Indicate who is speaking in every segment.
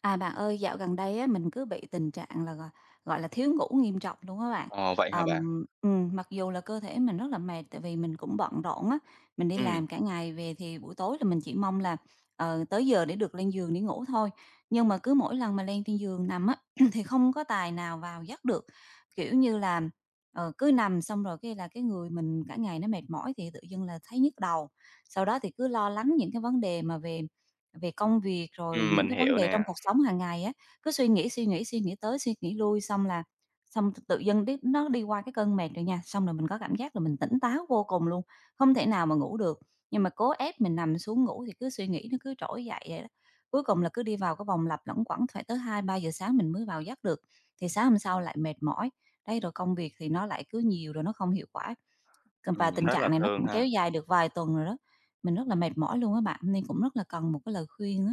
Speaker 1: À, bạn ơi, dạo gần đây á, mình cứ bị tình trạng là, gọi gọi là, thiếu ngủ nghiêm trọng luôn á bạn.
Speaker 2: Ờ, vậy hả bạn?
Speaker 1: Mặc dù là cơ thể mình rất là mệt tại vì mình cũng bận rộn á, mình đi
Speaker 2: Ừm,
Speaker 1: làm cả ngày về thì buổi tối là mình chỉ mong là, tới giờ để được lên giường để ngủ thôi. Nhưng mà cứ mỗi lần mà lên trên giường nằm á, thì không có tài nào vào giấc được. Kiểu như là, cứ nằm xong rồi cái là cái người mình cả ngày nó mệt mỏi thì tự dưng là thấy nhức đầu. Sau đó thì cứ lo lắng những cái vấn đề mà về về công việc rồi những
Speaker 2: mình
Speaker 1: cái vấn
Speaker 2: hiểu
Speaker 1: đề trong
Speaker 2: nè,
Speaker 1: cuộc sống hàng ngày á, cứ suy nghĩ, suy nghĩ, suy nghĩ tới, suy nghĩ lui, xong là xong t tự dưng đít nó đi qua cái cơn mệt rồi nha, xong rồi mình có cảm giác là mình tỉnh táo vô cùng luôn, không thể nào mà ngủ được. Nhưng mà cố ép mình nằm xuống ngủ thì cứ suy nghĩ nó cứ trỗi dậy vậy đó. Cuối cùng là cứ đi vào cái vòng lặp luẩn quẩn phải tới hai ba giờ sáng mình mới vào giấc được, thì sáng hôm sau lại mệt mỏi. Đấy, rồi công việc thì nó lại cứ nhiều rồi nó không hiệu quả và tình
Speaker 2: rất
Speaker 1: trạng
Speaker 2: là
Speaker 1: này nó
Speaker 2: thương
Speaker 1: cũng
Speaker 2: ha.
Speaker 1: kéo dài được vài tuần rồi đó, mình rất là mệt mỏi luôn á bạn, nên cũng rất là cần một cái lời khuyên á.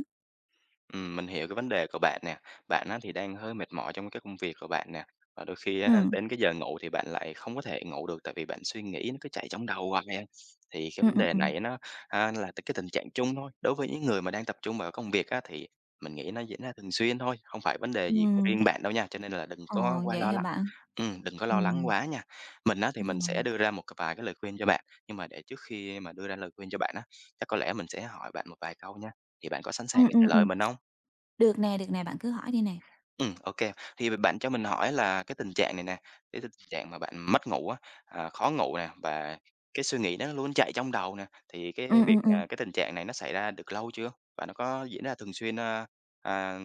Speaker 2: Mình hiểu cái vấn đề của bạn nè, bạn á thì đang hơi mệt mỏi trong cái công việc của bạn nè, và đôi khi á,
Speaker 1: Ừm,
Speaker 2: đến cái giờ ngủ thì bạn lại không có thể ngủ được tại vì bạn suy nghĩ nó cứ chạy trong đầu hoài à. Thì cái
Speaker 1: ừm,
Speaker 2: vấn
Speaker 1: ừm,
Speaker 2: đề
Speaker 1: ừm,
Speaker 2: này nó, là cái tình trạng chung thôi, đối với những người mà đang tập trung vào công việc á thì mình nghĩ nó diễn ra thường xuyên thôi, không phải vấn đề gì của
Speaker 1: ừm,
Speaker 2: riêng bạn đâu nha, cho nên là đừng
Speaker 1: ờ,
Speaker 2: có quá
Speaker 1: vậy
Speaker 2: lo
Speaker 1: hả
Speaker 2: lắng.
Speaker 1: bạn?
Speaker 2: Đừng có lo lắng
Speaker 1: Ừm,
Speaker 2: quá nha. Mình á, thì mình sẽ
Speaker 1: rồi,
Speaker 2: đưa ra một vài cái lời khuyên cho bạn, nhưng mà để trước khi mà đưa ra lời khuyên cho bạn á, chắc có lẽ mình sẽ hỏi bạn một vài câu nha, thì bạn có sẵn sàng
Speaker 1: ừm,
Speaker 2: để trả
Speaker 1: ừm,
Speaker 2: lời
Speaker 1: ừm,
Speaker 2: mình không?
Speaker 1: được nè, bạn cứ hỏi đi nè.
Speaker 2: Ừ, OK. Thì bạn cho mình hỏi là cái tình trạng này nè, cái tình trạng mà bạn mất ngủ á, khó ngủ nè và cái suy nghĩ nó luôn chạy trong đầu nè, thì cái
Speaker 1: Ừm,
Speaker 2: việc,
Speaker 1: ừm, ừm,
Speaker 2: cái tình trạng này nó xảy ra được lâu chưa? Và nó có diễn ra à,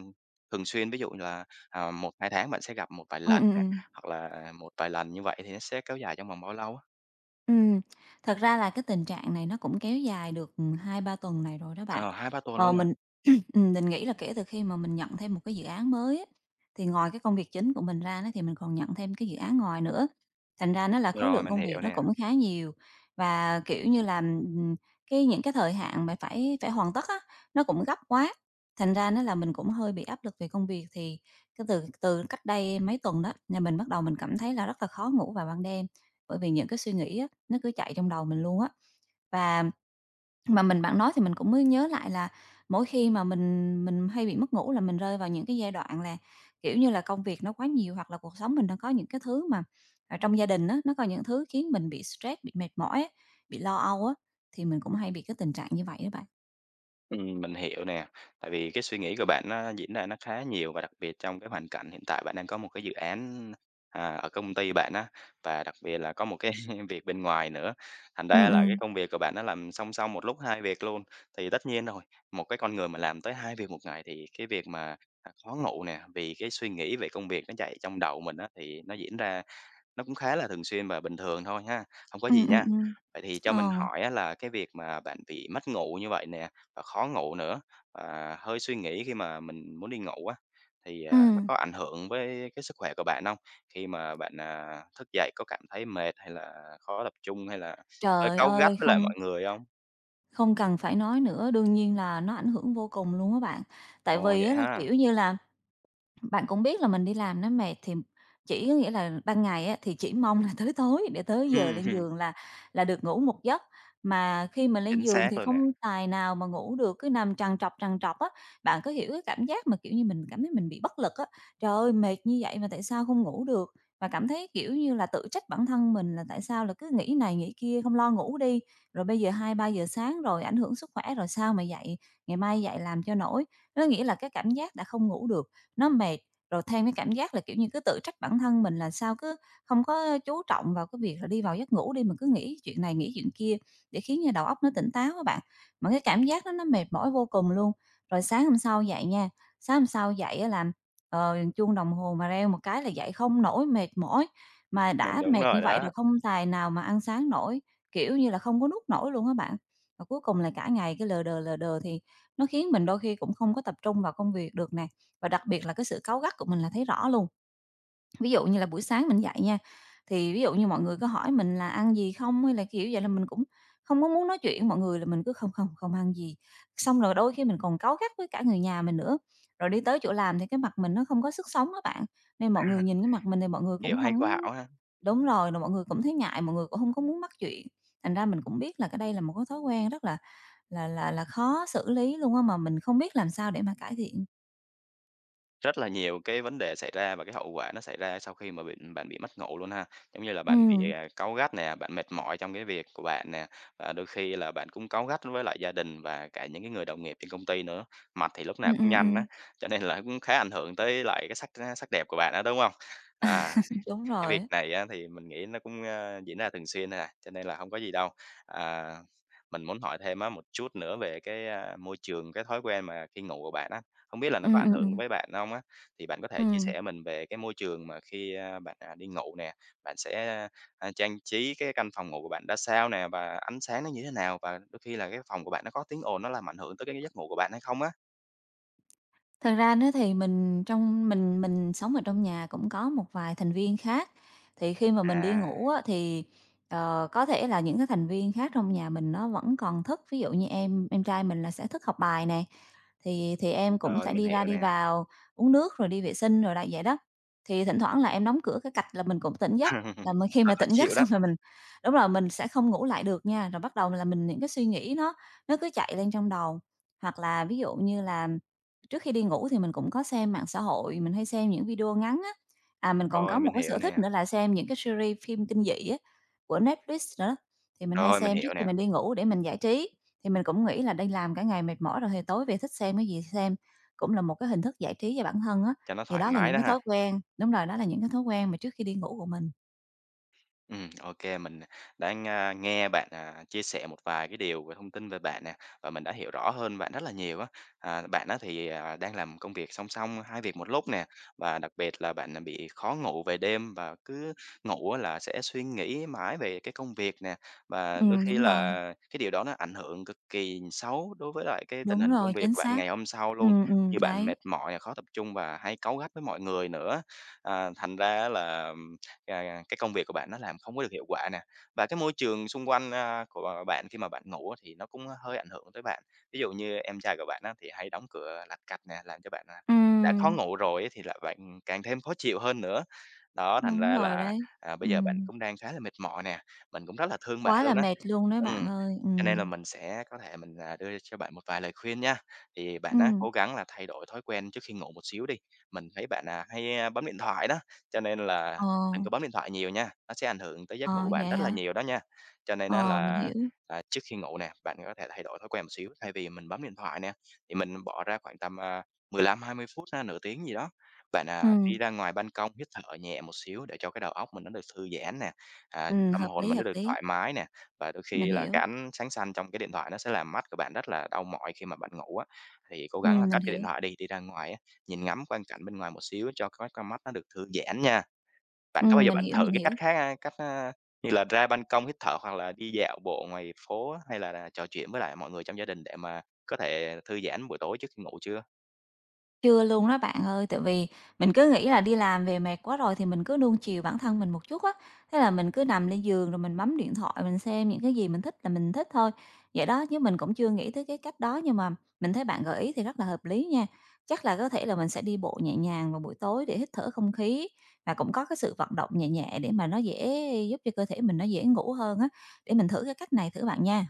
Speaker 2: thường xuyên, ví dụ như là, 1, 2 tháng bạn sẽ gặp một vài
Speaker 1: ừm,
Speaker 2: lần
Speaker 1: ừm,
Speaker 2: nè,
Speaker 1: ừm,
Speaker 2: hoặc là một vài lần như vậy thì nó sẽ kéo dài trong vòng bao lâu á?
Speaker 1: ừm, thật ra là cái tình trạng này nó cũng kéo dài được, 2-3 tuần này rồi đó bạn.
Speaker 2: Ờ, 2-3 tuần
Speaker 1: Ờ,
Speaker 2: luôn à?
Speaker 1: mình mình nghĩ là kể từ khi mà mình nhận thêm một cái dự án mới á, thì ngoài cái công việc chính của mình ra đó thì mình còn nhận thêm cái dự án ngoài nữa, thành ra nó là khối
Speaker 2: Rồi,
Speaker 1: lượng
Speaker 2: mình
Speaker 1: công việc
Speaker 2: hiểu
Speaker 1: nó
Speaker 2: nè.
Speaker 1: cũng khá nhiều. Và, kiểu như là, cái những cái thời hạn mà phải phải hoàn tất á, nó cũng gấp quá, thành ra nó là mình cũng hơi bị áp lực về công việc. Thì cái từ từ cách đây mấy tuần đó, là mình bắt đầu mình cảm thấy là rất là khó ngủ vào ban đêm, bởi vì những cái suy nghĩ á, nó cứ chạy trong đầu mình luôn á. Và mà mình bạn nói thì mình cũng mới nhớ lại là mỗi khi mà mình hay bị mất ngủ là mình rơi vào những cái giai đoạn là, kiểu như là, công việc nó quá nhiều hoặc là cuộc sống mình đang có những cái thứ mà, trong gia đình á, nó có những thứ khiến mình bị stress, bị mệt mỏi á, bị lo âu á, thì mình cũng hay bị cái tình trạng như vậy á bạn.
Speaker 2: Mình hiểu nè, tại vì cái suy nghĩ của bạn nó diễn ra nó khá nhiều và đặc biệt trong cái hoàn cảnh hiện tại bạn đang có một cái dự án, ở công ty bạn á, và đặc biệt là có một cái việc bên ngoài nữa. Thành
Speaker 1: Ừ
Speaker 2: ra là
Speaker 1: ừ
Speaker 2: cái công việc của bạn nó làm song song một lúc 2 việc luôn. Thì tất nhiên rồi, một cái con người mà làm tới 2 việc một ngày thì cái việc mà, khó ngủ nè, vì cái suy nghĩ về công việc nó chạy trong đầu mình á, thì nó diễn ra nó cũng khá là thường xuyên và bình thường thôi ha, hông có
Speaker 1: ừ
Speaker 2: gì nha.
Speaker 1: ừm.
Speaker 2: Vậy thì cho mình
Speaker 1: Ờ,
Speaker 2: hỏi á là cái việc mà bạn bị mất ngủ như vậy nè, và khó ngủ nữa, và hơi suy nghĩ khi mà mình muốn đi ngủ á, thì, nó
Speaker 1: ừm.
Speaker 2: có ảnh hưởng với cái sức khỏe của bạn hông? Khi mà bạn, thức dậy có cảm thấy mệt hay là khó tập trung, hay là hơi
Speaker 1: Trời
Speaker 2: cáu gắt
Speaker 1: ơi,
Speaker 2: với lại
Speaker 1: không
Speaker 2: mọi người hông?
Speaker 1: không cần phải nói nữa, đương nhiên là nó ảnh hưởng vô cùng luôn á bạn. Tại
Speaker 2: Ồ,
Speaker 1: vì
Speaker 2: vậy
Speaker 1: á là,
Speaker 2: ha.
Speaker 1: kiểu như là, bạn cũng biết là mình đi làm nó mệt thì chỉ có nghĩa là ban ngày á, thì chỉ mong là tới tối để tới giờ
Speaker 2: Ừm,
Speaker 1: lên giường là được ngủ một giấc, mà khi mà lên
Speaker 2: chính
Speaker 1: giường
Speaker 2: xác
Speaker 1: thì
Speaker 2: luôn nè,
Speaker 1: không tài nào mà ngủ được, cứ nằm trằn trọc á. Bạn có hiểu cái cảm giác mà, kiểu như, mình cảm thấy mình bị bất lực á, trời ơi, mệt như vậy mà tại sao không ngủ được? Và cảm thấy, kiểu như là, tự trách bản thân mình là tại sao là cứ nghĩ này nghĩ kia, không lo ngủ đi, rồi bây giờ hai ba giờ sáng rồi ảnh hưởng sức khỏe rồi sao mà dậy, ngày mai dậy làm cho nổi. Nó nghĩa là cái cảm giác đã không ngủ được nó mệt, rồi thêm cái cảm giác là, kiểu như, cứ tự trách bản thân mình là sao cứ không có chú trọng vào cái việc là đi vào giấc ngủ đi, mình cứ nghĩ chuyện này, nghĩ chuyện kia để khiến cho đầu óc nó tỉnh táo các bạn. Mà cái cảm giác đó nó mệt mỏi vô cùng luôn. Rồi sáng hôm sau dậy nha, sáng hôm sau dậy á là, chuông đồng hồ mà reo một cái là dậy không nổi, mệt mỏi, mà đã
Speaker 2: đúng
Speaker 1: mệt
Speaker 2: rồi
Speaker 1: như vậy rồi
Speaker 2: đó,
Speaker 1: không tài nào mà ăn sáng nổi, kiểu như là, không có nuốt nổi luôn các bạn. Và cuối cùng là cả ngày cứ lờ đờ thì nó khiến mình đôi khi cũng không có tập trung vào công việc được nè. Và đặc biệt là cái sự cáu gắt của mình là thấy rõ luôn. Ví dụ như là buổi sáng mình dậy nha, thì ví dụ như mọi người có hỏi mình là "Ăn gì không?" hay là kiểu vậy là mình cũng không có muốn nói chuyện mọi người là mình cứ "Không, không, không ăn gì." Xong rồi đôi khi mình còn cáu gắt với cả người nhà mình nữa. Rồi đi tới chỗ làm thì cái mặt mình nó không có sức sống các bạn, nên mọi người nhìn cái mặt mình thì mọi người cũng
Speaker 2: kiểu hay
Speaker 1: không
Speaker 2: quạo ha.
Speaker 1: đúng rồi, rồi mọi người cũng thấy ngại, mọi người cũng không có muốn mắc chuyện. Thành ra mình cũng biết là cái đây là một cái thói quen rất là khó xử lý luôn á, mà mình không biết làm sao để mà cải thiện.
Speaker 2: Rất là nhiều cái vấn đề xảy ra và cái hậu quả nó xảy ra sau khi mà bị bạn bị mất ngủ luôn ha. Giống như là bạn bị,
Speaker 1: Ừm,
Speaker 2: cáu gắt nè, bạn mệt mỏi trong cái việc của bạn nè, và đôi khi là bạn cũng cáu gắt với lại gia đình và cả những cái người đồng nghiệp trên công ty nữa. Mặt thì lúc nào
Speaker 1: ừm,
Speaker 2: cũng
Speaker 1: ừm,
Speaker 2: nhanh á,
Speaker 1: ừm.
Speaker 2: cho nên là cũng khá ảnh hưởng tới lại cái sắc sắc đẹp của bạn đó đúng không? À.
Speaker 1: Đúng
Speaker 2: Cái việc
Speaker 1: rồi.
Speaker 2: này á thì mình nghĩ nó cũng, diễn ra thường xuyên thôi à, cho nên là không có gì đâu. À, mình muốn hỏi thêm á một chút nữa về cái, môi trường, cái thói quen mà khi ngủ của bạn á, không biết là
Speaker 1: Ừ
Speaker 2: nó có ảnh
Speaker 1: ừ ừ.
Speaker 2: hưởng với bạn không á? Thì bạn có thể chia
Speaker 1: Ừm.
Speaker 2: sẻ mình về cái môi trường mà khi, bạn, đi ngủ nè, bạn sẽ, trang trí cái căn phòng ngủ của bạn ra sao nè? Và ánh sáng nó như thế nào? Và đôi khi là cái phòng của bạn nó có tiếng ồn nó làm ảnh hưởng tới cái giấc ngủ của bạn hay không á?
Speaker 1: Thật ra nữa thì mình sống ở trong nhà cũng có một vài thành viên khác, thì khi mà mình đi
Speaker 2: À,
Speaker 1: ngủ á, thì, có thể là những cái thành viên khác trong nhà mình nó vẫn còn thức. Ví dụ như em trai mình là sẽ thức học bài nè, thì em cũng
Speaker 2: Rồi,
Speaker 1: sẽ
Speaker 2: mình
Speaker 1: đi ra
Speaker 2: hiểu
Speaker 1: đi
Speaker 2: nè.
Speaker 1: vào, uống nước rồi đi vệ sinh rồi lại vậy đó. Thì thỉnh thoảng là em đóng cửa cái cạch là mình cũng tỉnh giấc, là mình khi
Speaker 2: Hơi
Speaker 1: mà
Speaker 2: khó
Speaker 1: tỉnh giấc
Speaker 2: chịu đó,
Speaker 1: xong rồi mình đúng rồi, mình sẽ không ngủ lại được nha, rồi bắt đầu là mình những cái suy nghĩ nó cứ chạy lên trong đầu. Hoặc là ví dụ như là trước khi đi ngủ thì mình cũng có xem mạng xã hội, mình hay xem những video ngắn á. À, mình còn có
Speaker 2: rồi,
Speaker 1: một
Speaker 2: mình
Speaker 1: cái
Speaker 2: hiểu
Speaker 1: sở thích
Speaker 2: nè,
Speaker 1: nữa là xem những cái series phim kinh dị á, của Netflix nữa, thì mình hay
Speaker 2: rồi, mình
Speaker 1: xem trước
Speaker 2: hiểu
Speaker 1: khi
Speaker 2: nè.
Speaker 1: mình đi ngủ để mình giải trí. Thì mình cũng nghĩ là đi làm cả ngày mệt mỏi rồi thì tối về thích xem cái gì thì xem, cũng là một cái hình thức giải trí cho bản thân á.
Speaker 2: Cho nó
Speaker 1: Thì
Speaker 2: thoải
Speaker 1: đó là
Speaker 2: mái
Speaker 1: những
Speaker 2: đó
Speaker 1: cái
Speaker 2: ha.
Speaker 1: thói quen đúng rồi, đó là những cái thói quen mà trước khi đi ngủ của mình.
Speaker 2: OK mình đã nghe bạn, chia sẻ một vài cái điều về thông tin về bạn nè, và mình đã hiểu rõ hơn bạn rất là nhiều á. Bạn á thì, đang làm công việc song song hai việc một lúc nè, và đặc biệt là bạn, bị khó ngủ về đêm và cứ ngủ á là sẽ suy nghĩ mãi về cái công việc nè, và đôi
Speaker 1: Ừm,
Speaker 2: khi
Speaker 1: đúng rồi,
Speaker 2: là cái điều đó nó ảnh hưởng cực kỳ xấu đối với lại cái tình
Speaker 1: đúng
Speaker 2: hình công
Speaker 1: rồi,
Speaker 2: việc
Speaker 1: chính
Speaker 2: của bạn
Speaker 1: xác.
Speaker 2: ngày hôm sau luôn, như bạn
Speaker 1: Đấy.
Speaker 2: mệt mỏi, khó tập trung và hay cáu gắt với mọi người nữa. Thành ra là cái công việc của bạn nó làm không có được hiệu quả nè. Và cái môi trường xung quanh, của bạn khi mà bạn ngủ á thì nó cũng hơi ảnh hưởng tới bạn. Ví dụ như em trai của bạn á thì hay đóng cửa lạch cạch nè, làm cho bạn, đã khó
Speaker 1: Ừm,
Speaker 2: ngủ rồi ấy thì là bạn càng thêm khó chịu hơn nữa. Đó, thành
Speaker 1: đúng
Speaker 2: ra
Speaker 1: rồi
Speaker 2: là,
Speaker 1: đấy.
Speaker 2: bây giờ bạn
Speaker 1: Ừm,
Speaker 2: cũng đang khá là mệt mỏi nè, mình cũng rất là thương bạn
Speaker 1: quá là
Speaker 2: luôn á.
Speaker 1: mệt luôn đấy bạn
Speaker 2: Ừm,
Speaker 1: ơi,
Speaker 2: cho nên là mình sẽ có thể mình, đưa cho bạn một vài lời khuyên nha. Thì bạn á
Speaker 1: Ừm,
Speaker 2: cố gắng là thay đổi thói quen trước khi ngủ một xíu đi. Mình thấy bạn, hay, bấm điện thoại đó, cho nên
Speaker 1: ờ,
Speaker 2: là đừng có bấm điện thoại nhiều nha, nó sẽ ảnh hưởng tới giấc ngủ
Speaker 1: ờ,
Speaker 2: của bạn
Speaker 1: vậy
Speaker 2: rất là
Speaker 1: hả?
Speaker 2: nhiều đó nha. Cho nên á
Speaker 1: Ờ, mình
Speaker 2: là,
Speaker 1: hiểu.
Speaker 2: trước khi ngủ nè, bạn có thể thay đổi thói quen một xíu, thay vì mình bấm điện thoại nè, thì mình bỏ ra khoảng tầm, 15-20 phút ra nửa tiếng gì đó. Bạn,
Speaker 1: Ừm,
Speaker 2: đi ra ngoài ban công hít thở nhẹ một xíu để cho cái đầu óc mình nó được thư giãn nè, tâm hồn mình nó
Speaker 1: hợp
Speaker 2: được
Speaker 1: lý,
Speaker 2: thoải mái nè, và đôi
Speaker 1: mình
Speaker 2: khi là cái
Speaker 1: hiểu,
Speaker 2: ánh sáng xanh trong cái điện thoại nó sẽ làm mắt của bạn rất là đau mỏi khi mà bạn ngủ á. Thì cố gắng là
Speaker 1: mình
Speaker 2: cất cái
Speaker 1: hiểu,
Speaker 2: điện thoại đi, đi ra ngoài á, nhìn ngắm quang cảnh bên ngoài một xíu cho cái con mắt nó được thư giãn nha. Bạn có bao giờ
Speaker 1: mình
Speaker 2: bạn
Speaker 1: hiểu,
Speaker 2: thử
Speaker 1: mình
Speaker 2: cái cách
Speaker 1: hiểu.
Speaker 2: khác, cách, như là ra ban công hít thở hoặc là đi dạo bộ ngoài phố hay là trò chuyện với lại mọi người trong gia đình để mà có thể thư giãn buổi tối trước khi ngủ chưa?
Speaker 1: Chưa luôn đó bạn ơi, tại vì mình cứ nghĩ là đi làm về mệt quá rồi thì mình cứ nuông chiều bản thân mình một chút á. Thế là mình cứ nằm lên giường rồi mình bấm điện thoại, mình xem những cái gì mình thích là mình thích thôi. Vậy đó, chứ mình cũng chưa nghĩ tới cái cách đó nhưng mà mình thấy bạn gợi ý thì rất là hợp lý nha. Chắc là có thể là mình sẽ đi bộ nhẹ nhàng vào buổi tối để hít thở không khí và cũng có cái sự vận động nhẹ nhẹ để mà nó dễ giúp cho cơ thể mình nó dễ ngủ hơn á. Để mình thử cái cách này thử bạn nha.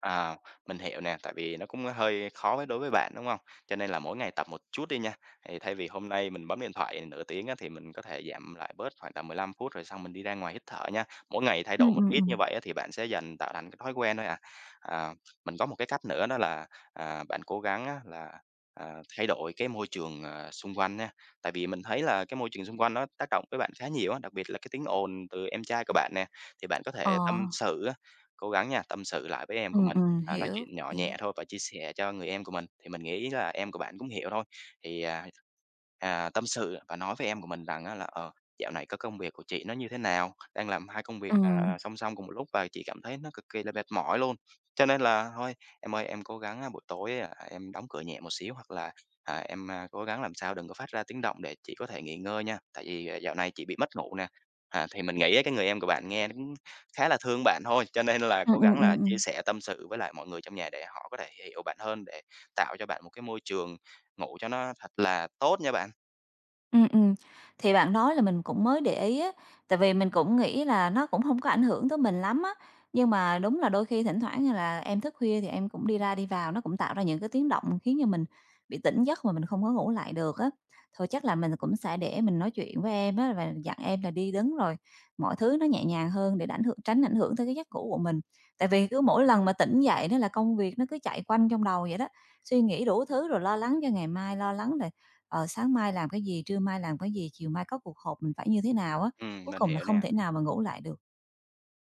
Speaker 2: À, mình hiểu nè, tại vì nó cũng hơi khó với đối với bạn, đúng không? Cho nên là mỗi ngày tập một chút đi nha, thì thay vì hôm nay mình bấm điện thoại nửa tiếng á, thì mình có thể giảm lại bớt khoảng tầm 15 phút, rồi xong mình đi ra ngoài hít thở nha. Mỗi ngày thay
Speaker 1: Ừ
Speaker 2: đổi một
Speaker 1: ừ
Speaker 2: ít
Speaker 1: ừ.
Speaker 2: như vậy á, thì bạn sẽ dần tạo thành cái thói quen thôi à. À, mình có một cái cách nữa đó là, bạn cố gắng á là, à, thay đổi cái môi trường, xung quanh nha. Tại vì mình thấy là cái môi trường xung quanh nó tác động với bạn khá nhiều á, đặc biệt là cái tiếng ồn từ em trai của bạn nè, thì bạn có
Speaker 1: Ờ,
Speaker 2: thể tâm sự á, cố gắng nha, tâm sự lại với em của
Speaker 1: ừ
Speaker 2: mình,
Speaker 1: ừ,
Speaker 2: nói
Speaker 1: hiểu,
Speaker 2: chuyện nhỏ
Speaker 1: hiểu.
Speaker 2: nhẹ thôi và chia sẻ cho người em của mình, thì mình nghĩ là em của bạn cũng hiểu thôi. Thì, tâm sự và nói với em của mình rằng á là "Ờ, dạo này có công việc của chị nó như thế nào? Đang làm 2 công
Speaker 1: Ừ
Speaker 2: việc, song song cùng một lúc và chị cảm thấy nó cực kỳ là mệt mỏi luôn. Cho nên là thôi, em ơi, em cố gắng á, buổi tối á, em đóng cửa nhẹ một xíu hoặc là, em, cố gắng làm sao đừng có phát ra tiếng động để chị có thể nghỉ ngơi nha, tại vì, dạo này chị bị mất ngủ nè." Thì mình nghĩ á cái người em của bạn nghe khá là thương bạn thôi, cho nên là
Speaker 1: ừ
Speaker 2: cố
Speaker 1: ừ
Speaker 2: gắng
Speaker 1: ừ
Speaker 2: là chia
Speaker 1: ừm.
Speaker 2: sẻ tâm sự với lại mọi người trong nhà để họ có thể hiểu bạn hơn, để tạo cho bạn một cái môi trường ngủ cho nó thật là tốt nha bạn.
Speaker 1: Ừ. Thì bạn nói là mình cũng mới để ý á, tại vì mình cũng nghĩ là nó cũng không có ảnh hưởng tới mình lắm á. Nhưng mà đúng là đôi khi thỉnh thoảng như là em thức khuya thì em cũng đi ra đi vào, nó cũng tạo ra những cái tiếng động khiến cho mình bị tỉnh giấc mà mình không có ngủ lại được á. Thôi chắc là mình cũng sẽ để mình nói chuyện với em á và dặn em là đi đứng rồi mọi thứ nó nhẹ nhàng hơn để ảnh hưởng tránh ảnh hưởng tới cái giấc ngủ của mình. Tại vì cứ mỗi lần mà tỉnh dậy đó là công việc nó cứ chạy quanh trong đầu vậy đó, suy nghĩ đủ thứ rồi lo lắng cho ngày mai, lo lắng là sáng mai làm cái gì, trưa mai làm cái gì, chiều mai có cuộc họp mình phải như thế nào á,
Speaker 2: Ừ,
Speaker 1: cuối
Speaker 2: mình
Speaker 1: cùng là
Speaker 2: hiểu
Speaker 1: không
Speaker 2: nè.
Speaker 1: thể nào mà ngủ lại được.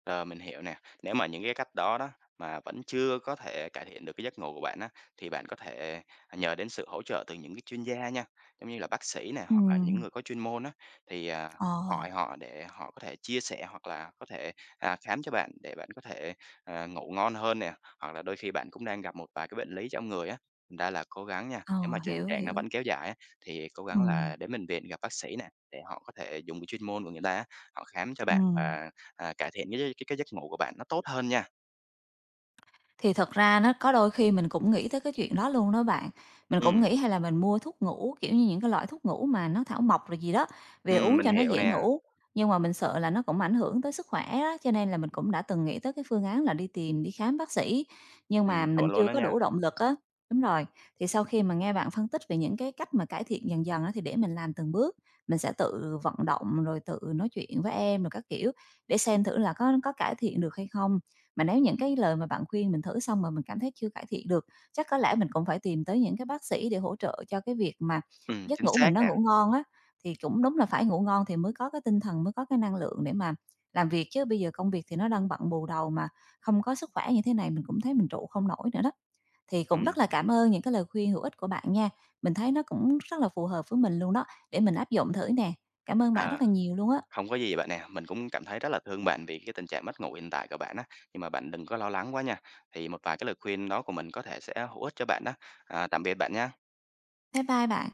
Speaker 2: Rồi, mình hiểu nè. Nếu mà những cái cách đó đó mà vẫn chưa có thể cải thiện được cái giấc ngủ của bạn á, thì bạn có thể nhờ đến sự hỗ trợ từ những cái chuyên gia nha, giống như là bác sĩ nè, hoặc là những
Speaker 1: Ừm,
Speaker 2: người có chuyên môn á, thì,
Speaker 1: ờ,
Speaker 2: hỏi họ để họ có thể chia sẻ hoặc là có thể, khám cho bạn để bạn có thể, ngủ ngon hơn nè. Hoặc là đôi khi bạn cũng đang gặp một vài cái bệnh lý trong người á, thành ra là cố gắng nha, nếu mà
Speaker 1: ờ,
Speaker 2: tình
Speaker 1: hiểu,
Speaker 2: trạng nó
Speaker 1: hiểu.
Speaker 2: vẫn kéo dài á, thì cố gắng
Speaker 1: Ừm,
Speaker 2: là đến bệnh viện gặp bác sĩ nè, để họ có thể dùng cái chuyên môn của người ta á, họ khám cho bạn
Speaker 1: ừm.
Speaker 2: và cải thiện cái gi cái giấc ngủ của bạn nó tốt hơn nha.
Speaker 1: Thì thật ra nó có đôi khi mình cũng nghĩ tới cái chuyện đó luôn đó bạn. Mình cũng
Speaker 2: Ừm,
Speaker 1: nghĩ hay là mình mua thuốc ngủ, kiểu như, những cái loại thuốc ngủ mà nó thảo mộc rồi gì đó, về uống
Speaker 2: mình
Speaker 1: cho nó
Speaker 2: hiểu
Speaker 1: dễ
Speaker 2: nè,
Speaker 1: ngủ, nhưng mà mình sợ là nó cũng ảnh hưởng tới sức khỏe đó, cho nên là mình cũng đã từng nghĩ tới cái phương án là đi tìm, đi khám bác sĩ, nhưng mà mình
Speaker 2: chuẩn luôn
Speaker 1: chưa
Speaker 2: đó
Speaker 1: có
Speaker 2: nha.
Speaker 1: đủ động lực á. Đúng rồi, thì sau khi mà nghe bạn phân tích về những cái cách mà cải thiện dần dần á, thì để mình làm từng bước, mình sẽ tự vận động rồi tự nói chuyện với em rồi các kiểu để xem thử là có cải thiện được hay không. Mà nếu những cái lời mà bạn khuyên mình thử xong mà mình cảm thấy chưa cải thiện được, chắc có lẽ mình cũng phải tìm tới những cái bác sĩ để hỗ trợ cho cái việc mà giấc
Speaker 2: Chính
Speaker 1: ngủ
Speaker 2: xác
Speaker 1: mình nó
Speaker 2: nè,
Speaker 1: ngủ ngon á. Thì cũng đúng là phải ngủ ngon thì mới có cái tinh thần, mới có cái năng lượng để mà làm việc chứ bây giờ công việc thì nó đang bận bù đầu mà không có sức khỏe như thế này mình cũng thấy mình trụ không nổi nữa đó. Thì cũng rất
Speaker 2: ừm,
Speaker 1: là cảm ơn những cái lời khuyên hữu ích của bạn nha. Mình thấy nó cũng rất là phù hợp với mình luôn đó, để mình áp dụng thử nè. Cảm ơn bạn
Speaker 2: à,
Speaker 1: rất là nhiều luôn á.
Speaker 2: không có gì bạn nè, mình cũng cảm thấy rất là thương bạn vì cái tình trạng mất ngủ hiện tại của bạn á, nhưng mà bạn đừng có lo lắng quá nha. Thì một vài cái lời khuyên đó của mình có thể sẽ hữu ích cho bạn đó. Tạm biệt bạn nha.
Speaker 1: Bye bye bạn.